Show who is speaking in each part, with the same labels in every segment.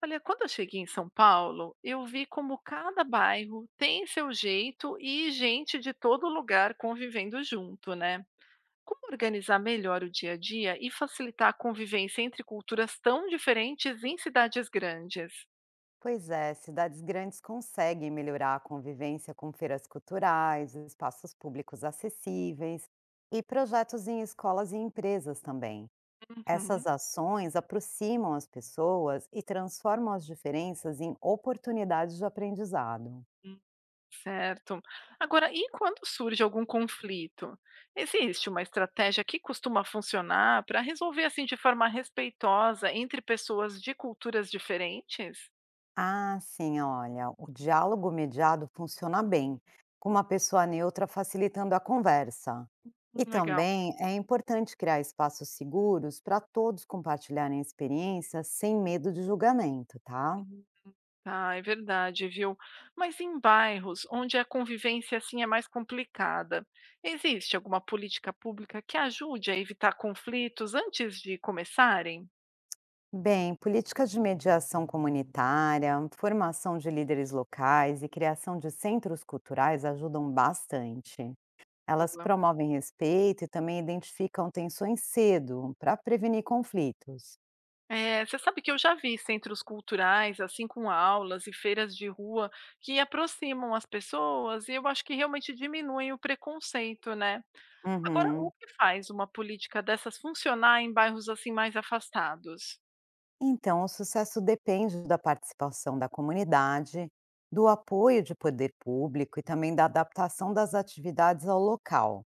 Speaker 1: Olha, quando eu cheguei em São Paulo, eu vi como cada bairro tem seu jeito e gente de todo lugar convivendo junto, né? Como organizar melhor o dia a dia e facilitar a convivência entre culturas tão diferentes em cidades grandes?
Speaker 2: Pois é, cidades grandes conseguem melhorar a convivência com feiras culturais, espaços públicos acessíveis e projetos em escolas e empresas também. Essas
Speaker 1: Uhum,
Speaker 2: ações aproximam as pessoas e transformam as diferenças em oportunidades de aprendizado.
Speaker 1: hum, certo. Agora, e quando surge algum conflito? Existe uma estratégia que costuma funcionar para resolver assim de forma respeitosa entre pessoas de culturas diferentes?
Speaker 2: Ah, sim, olha, o diálogo mediado funciona bem, com uma pessoa neutra facilitando a conversa. E
Speaker 1: Legal.
Speaker 2: também é importante criar espaços seguros para todos compartilharem experiências sem medo de julgamento, tá?
Speaker 1: Ah, é verdade, viu? Mas em bairros onde a convivência assim é mais complicada, existe alguma política pública que ajude a evitar conflitos antes de começarem?
Speaker 2: Bem, políticas de mediação comunitária, formação de líderes locais e criação de centros culturais ajudam bastante. Elas
Speaker 1: Boa.
Speaker 2: promovem respeito e também identificam tensões cedo para prevenir conflitos.
Speaker 1: É, você sabe que eu já vi centros culturais, assim, com aulas e feiras de rua que aproximam as pessoas e eu acho que realmente diminuem o preconceito, né? Agora, o
Speaker 2: Uhum.
Speaker 1: que faz uma política dessas funcionar em bairros assim mais afastados?
Speaker 2: Então, o sucesso depende da participação da comunidade, do apoio de poder público e também da adaptação das atividades ao local.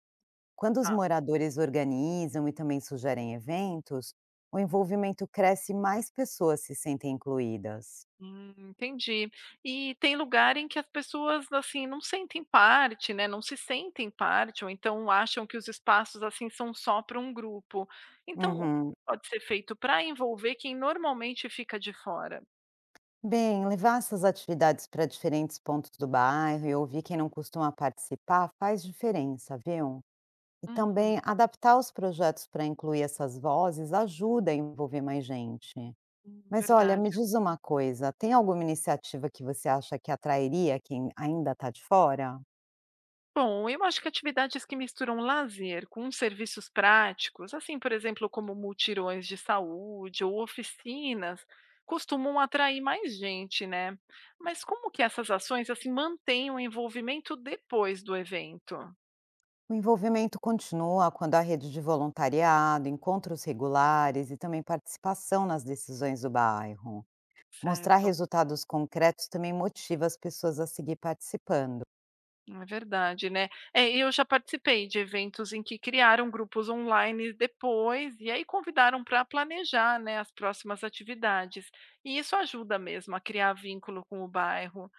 Speaker 2: Quando os moradores organizam e também sugerem eventos, o envolvimento cresce e mais pessoas se sentem incluídas.
Speaker 1: Entendi. E tem lugar em que as pessoas, assim, não sentem parte, né, não se sentem parte ou então acham que os espaços, assim, são só para um grupo. Então, o que
Speaker 2: Uhum.
Speaker 1: pode ser feito para envolver quem normalmente fica de fora?
Speaker 2: Bem, levar essas atividades para diferentes pontos do bairro e ouvir quem não costuma participar faz diferença, viu? E
Speaker 1: Uhum,
Speaker 2: também adaptar os projetos para incluir essas vozes ajuda a envolver mais gente. Mas olha, me
Speaker 1: verdade.
Speaker 2: diz uma coisa, tem alguma iniciativa que você acha que atrairia quem ainda está de fora?
Speaker 1: Bom, eu acho que atividades que misturam lazer com serviços práticos, assim, por exemplo, como mutirões de saúde ou oficinas, costumam atrair mais gente, né? Mas como que essas ações assim mantêm o envolvimento depois do evento?
Speaker 2: O envolvimento continua quando há rede de voluntariado, encontros regulares e também participação nas decisões do bairro. Mostrar
Speaker 1: Certo,
Speaker 2: resultados concretos também motiva as pessoas a seguir participando.
Speaker 1: é verdade, né? É, eu já participei de eventos em que criaram grupos online depois e aí convidaram para planejar, né, as próximas atividades. E isso ajuda mesmo a criar vínculo com o bairro.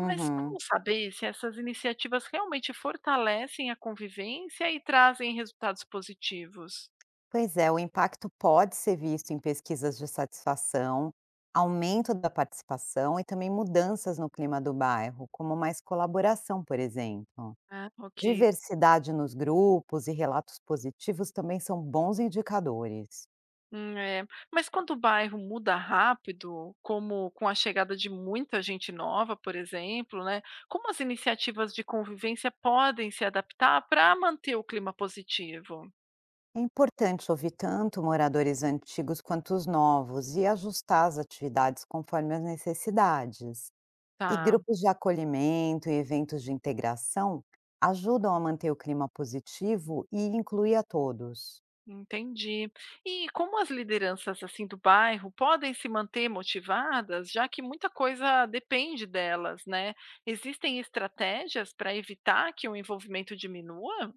Speaker 1: Mas como saber se essas iniciativas realmente fortalecem a convivência e trazem resultados positivos?
Speaker 2: Pois é, o impacto pode ser visto em pesquisas de satisfação, aumento da participação e também mudanças no clima do bairro, como mais colaboração, por exemplo.
Speaker 1: Ah, ok.
Speaker 2: Diversidade nos grupos e relatos positivos também são bons indicadores.
Speaker 1: É. Mas quando o bairro muda rápido, como com a chegada de muita gente nova, por exemplo, né? Como as iniciativas de convivência podem se adaptar para manter o clima positivo?
Speaker 2: É importante ouvir tanto moradores antigos quanto os novos e ajustar as atividades conforme as necessidades. E
Speaker 1: Tá.
Speaker 2: grupos de acolhimento e eventos de integração ajudam a manter o clima positivo e incluir a todos.
Speaker 1: Entendi. E como as lideranças assim do bairro podem se manter motivadas, já que muita coisa depende delas, né? Existem estratégias para evitar que o envolvimento diminua?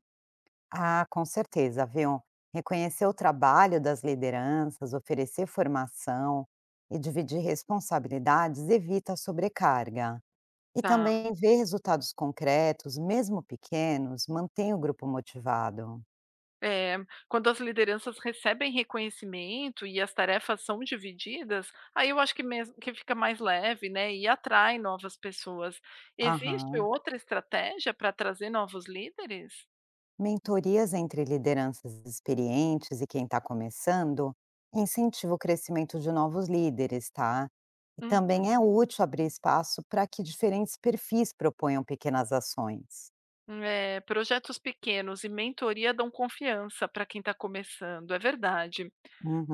Speaker 2: Ah, com certeza, viu? Reconhecer o trabalho das lideranças, oferecer formação e dividir responsabilidades evita a sobrecarga. E
Speaker 1: Tá.
Speaker 2: também ver resultados concretos, mesmo pequenos, mantém o grupo motivado.
Speaker 1: É, quando as lideranças recebem reconhecimento e as tarefas são divididas, aí eu acho que mesmo que fica mais leve, né? E atrai novas pessoas. Existe
Speaker 2: Aham.
Speaker 1: outra estratégia para trazer novos líderes?
Speaker 2: Mentorias entre lideranças experientes e quem está começando incentiva o crescimento de novos líderes, tá? E também é útil abrir espaço para que diferentes perfis proponham pequenas ações.
Speaker 1: É, projetos pequenos e mentoria dão confiança para quem está começando, é verdade.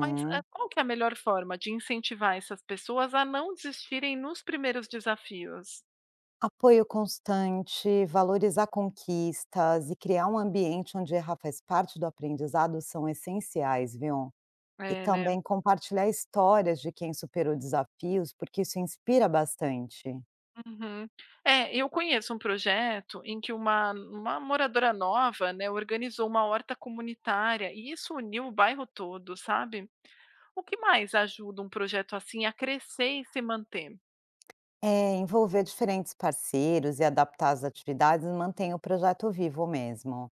Speaker 1: Mas qual que é a melhor forma de incentivar essas pessoas a não desistirem nos primeiros desafios?
Speaker 2: Apoio constante, valorizar conquistas e criar um ambiente onde errar faz parte do aprendizado são essenciais, viu? E
Speaker 1: É, né?
Speaker 2: também compartilhar histórias de quem superou desafios, porque isso inspira bastante.
Speaker 1: Uhum. É, eu conheço um projeto em que uma moradora nova, né, organizou uma horta comunitária e isso uniu o bairro todo, sabe? O que mais ajuda um projeto assim a crescer e se manter?
Speaker 2: É, envolver diferentes parceiros e adaptar as atividades mantém o projeto vivo mesmo.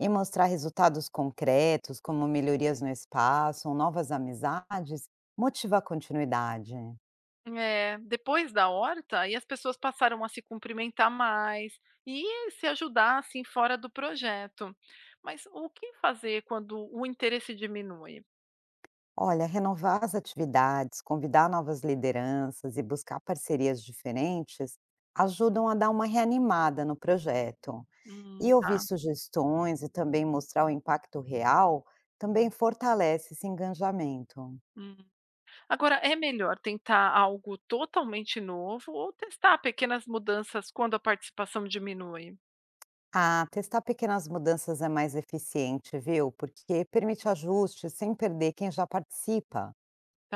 Speaker 2: E mostrar resultados concretos, como melhorias no espaço ou novas amizades, motiva a continuidade.
Speaker 1: É, depois da horta, aí as pessoas passaram a se cumprimentar mais e se ajudar assim fora do projeto. Mas o que fazer quando o interesse diminui?
Speaker 2: Olha, renovar as atividades, convidar novas lideranças e buscar parcerias diferentes ajudam a dar uma reanimada no projeto. E ouvir
Speaker 1: Tá.
Speaker 2: sugestões e também mostrar o impacto real também fortalece esse engajamento.
Speaker 1: Hum. Agora, é melhor tentar algo totalmente novo ou testar pequenas mudanças quando a participação diminui?
Speaker 2: Ah, testar pequenas mudanças é mais eficiente, viu? Porque permite ajustes sem perder quem já participa.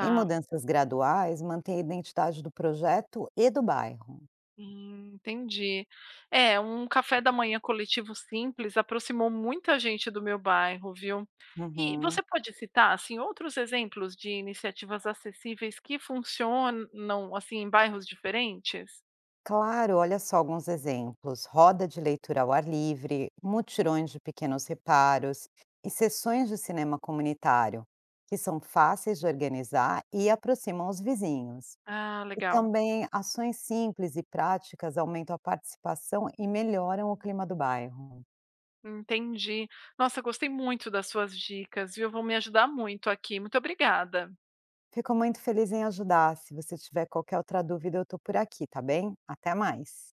Speaker 2: E mudanças graduais mantêm a identidade do projeto e do bairro.
Speaker 1: Entendi. É, um café da manhã coletivo simples aproximou muita gente do meu bairro, viu? E você
Speaker 2: Uhum.
Speaker 1: pode citar assim outros exemplos de iniciativas acessíveis que funcionam assim em bairros diferentes?
Speaker 2: Claro, olha só alguns exemplos: roda de leitura ao ar livre, mutirões de pequenos reparos e sessões de cinema comunitário, que são fáceis de organizar e aproximam os vizinhos.
Speaker 1: Ah,
Speaker 2: E
Speaker 1: legal.
Speaker 2: também ações simples e práticas aumentam a participação e melhoram o clima do bairro.
Speaker 1: Entendi. Nossa, gostei muito das suas dicas, viu? Vão me ajudar muito aqui. Muito obrigada.
Speaker 2: Fico muito feliz em ajudar. Se você tiver qualquer outra dúvida, eu estou por aqui, tá bem? Até mais.